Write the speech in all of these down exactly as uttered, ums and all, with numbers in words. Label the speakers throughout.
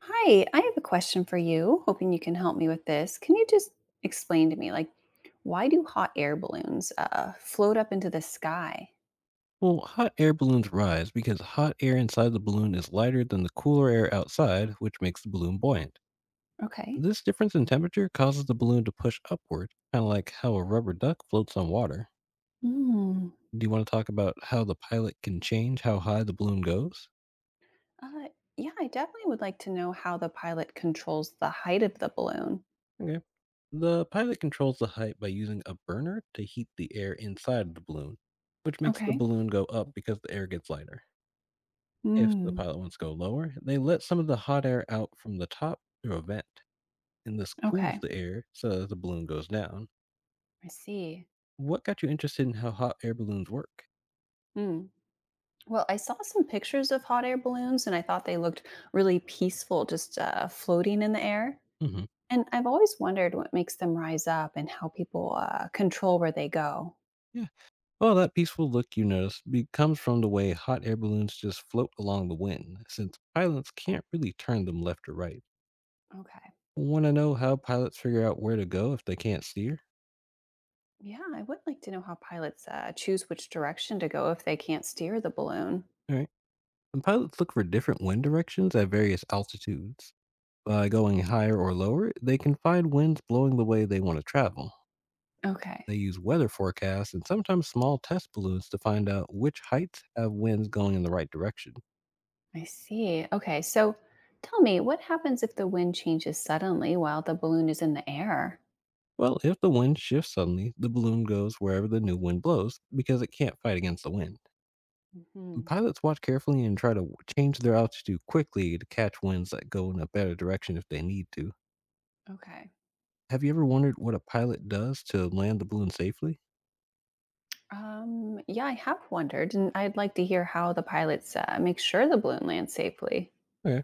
Speaker 1: Hi, I have a question for you. Hoping you can help me with this. Can you just explain to me, like, why do hot air balloons uh, float up into the sky?
Speaker 2: Well, hot air balloons rise because hot air inside the balloon is lighter than the cooler air outside, which makes the balloon buoyant.
Speaker 1: Okay.
Speaker 2: This difference in temperature causes the balloon to push upward, kind of like how a rubber duck floats on water.
Speaker 1: Mm.
Speaker 2: Do you want to talk about how the pilot can change how high the balloon goes?
Speaker 1: Uh, yeah, I definitely would like to know how the pilot controls the height of the balloon.
Speaker 2: Okay. The pilot controls the height by using a burner to heat the air inside the balloon, which makes the
Speaker 1: Okay.
Speaker 2: balloon go up because the air gets lighter. If the
Speaker 1: Mm.
Speaker 2: pilot wants to go lower, they let some of the hot air out from the top through a vent, and this cools
Speaker 1: Okay.
Speaker 2: the air so the balloon goes down.
Speaker 1: I see.
Speaker 2: What got you interested in how hot air balloons work?
Speaker 1: Mm. Well, I saw some pictures of hot air balloons and I thought they looked really peaceful just uh, floating in the air.
Speaker 2: Hmm.
Speaker 1: And I've always wondered what makes them rise up and how people uh, control where they go.
Speaker 2: Yeah. Well, that peaceful look you notice be- comes from the way hot air balloons just float along the wind, since pilots can't really turn them left or right.
Speaker 1: Okay.
Speaker 2: Want to know how pilots figure out where to go if they can't steer?
Speaker 1: Yeah, I would like to know how pilots uh, choose which direction to go if they can't steer the balloon.
Speaker 2: All right. And pilots look for different wind directions at various altitudes. By going higher or lower, they can find winds blowing the way they want to travel.
Speaker 1: Okay,
Speaker 2: They use weather forecasts and sometimes small test balloons to find out which heights have winds going in the right direction.
Speaker 1: I see. Okay, so tell me, what happens if the wind changes suddenly while the balloon is in the air?
Speaker 2: Well, if the wind shifts suddenly, the balloon goes wherever the new wind blows because it can't fight against the wind. The
Speaker 1: Hmm.
Speaker 2: pilots watch carefully and try to w- change their altitude quickly to catch winds that go in a better direction if they need to.
Speaker 1: Okay.
Speaker 2: Have you ever wondered what a pilot does to land the balloon safely?
Speaker 1: Um, yeah, I have wondered, and I'd like to hear how the pilots uh, make sure the balloon lands safely.
Speaker 2: Okay.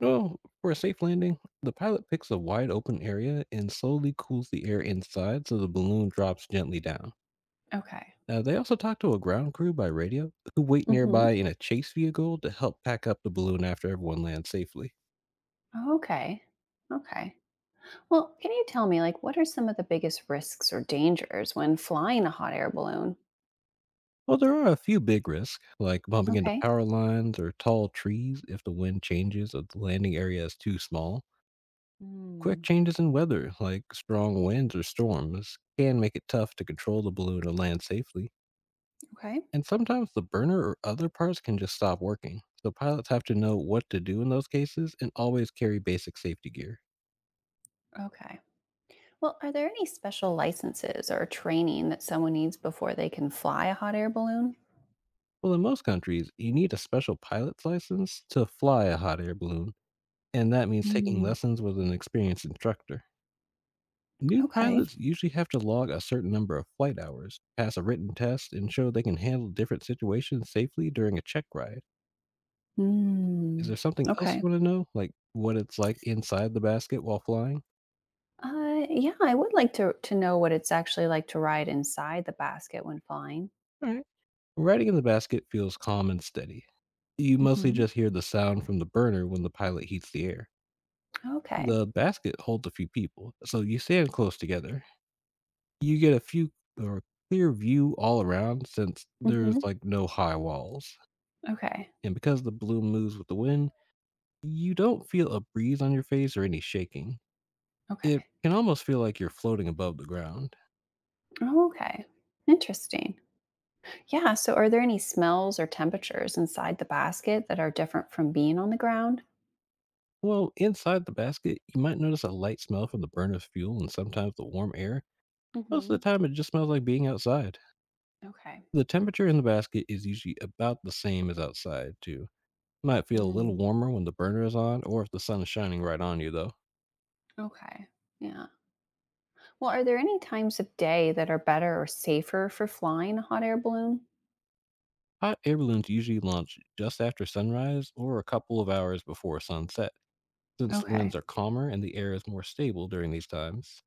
Speaker 2: Well, for a safe landing, the pilot picks a wide open area and slowly cools the air inside so the balloon drops gently down.
Speaker 1: Okay.
Speaker 2: Now, they also talked to a ground crew by radio who wait
Speaker 1: Hmm.
Speaker 2: nearby in a chase vehicle to help pack up the balloon after everyone lands safely.
Speaker 1: Okay. Okay. Well, can you tell me, like, what are some of the biggest risks or dangers when flying a hot air balloon?
Speaker 2: Well, there are a few big risks, like bumping into
Speaker 1: Okay.
Speaker 2: power lines or tall trees if the wind changes or the landing area is too small. Quick
Speaker 1: Mm,
Speaker 2: changes in weather, like strong winds or storms, can make it tough to control the balloon or land safely.
Speaker 1: okay.
Speaker 2: And sometimes the burner or other parts can just stop working, so pilots have to know what to do in those cases and always carry basic safety gear.
Speaker 1: Okay. Well, are there any special licenses or training that someone needs before they can fly a hot air balloon?
Speaker 2: Well, in most countries, you need a special pilot's license to fly a hot air balloon, and that means taking
Speaker 1: Mm,
Speaker 2: lessons with an experienced instructor. New
Speaker 1: okay.
Speaker 2: pilots usually have to log a certain number of flight hours, pass a written test, and show they can handle different situations safely during a check ride. Is
Speaker 1: Mm,
Speaker 2: there something else
Speaker 1: okay.
Speaker 2: you want to know, like what it's like inside the basket while flying?
Speaker 1: Uh, yeah, I would like to, to know what it's actually like to ride inside the basket when flying.
Speaker 2: All right. Riding in the basket feels calm and steady. You mostly
Speaker 1: Hmm.
Speaker 2: just hear the sound from the burner when the pilot heats the air.
Speaker 1: Okay.
Speaker 2: The basket holds a few people, so you stand close together. You get a few or clear view all around since there's
Speaker 1: Hmm.
Speaker 2: like no high walls.
Speaker 1: Okay.
Speaker 2: And because the balloon moves with the wind, you don't feel a breeze on your face or any shaking. It
Speaker 1: Okay.
Speaker 2: can almost feel like you're floating above the ground.
Speaker 1: Okay. Interesting. Yeah, so are there any smells or temperatures inside the basket that are different from being on the ground?
Speaker 2: Well, inside the basket, you might notice a light smell from the burn of fuel and sometimes the warm air. Most of
Speaker 1: Hmm.
Speaker 2: the time, it just smells like being outside.
Speaker 1: Okay.
Speaker 2: The temperature in the basket is usually about the same as outside, too. Might feel a little
Speaker 1: Mm,
Speaker 2: warmer when the burner is on or if the sun is shining right on you, though.
Speaker 1: okay. Yeah. Well, are there any times of day that are better or safer for flying a hot air balloon?
Speaker 2: Hot air balloons usually launch just after sunrise or a couple of hours before sunset, since the winds
Speaker 1: Okay.
Speaker 2: are calmer and the air is more stable during these times.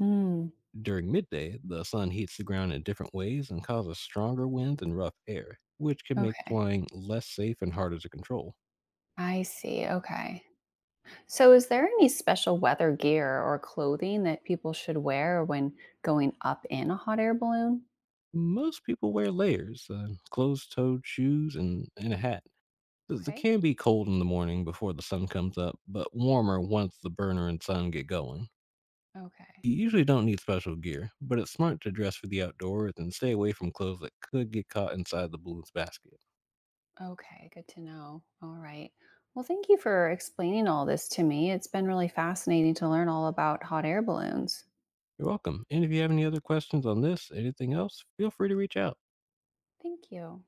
Speaker 1: Mm,
Speaker 2: During midday, the sun heats the ground in different ways and causes stronger winds and rough air, which can make
Speaker 1: okay.
Speaker 2: flying less safe and harder to control.
Speaker 1: I see. Okay. So is there any special weather gear or clothing that people should wear when going up in a hot air balloon?
Speaker 2: Most people wear layers, uh, closed toed shoes, and, and a hat, 'cause it
Speaker 1: Okay.
Speaker 2: can be cold in the morning before the sun comes up, but warmer once the burner and sun get going.
Speaker 1: Okay.
Speaker 2: You usually don't need special gear, but it's smart to dress for the outdoors and stay away from clothes that could get caught inside the balloon's basket.
Speaker 1: Okay, good to know. All right. Well, thank you for explaining all this to me. It's been really fascinating to learn all about hot air balloons.
Speaker 2: You're welcome. And if you have any other questions on this, anything else, feel free to reach out.
Speaker 1: Thank you.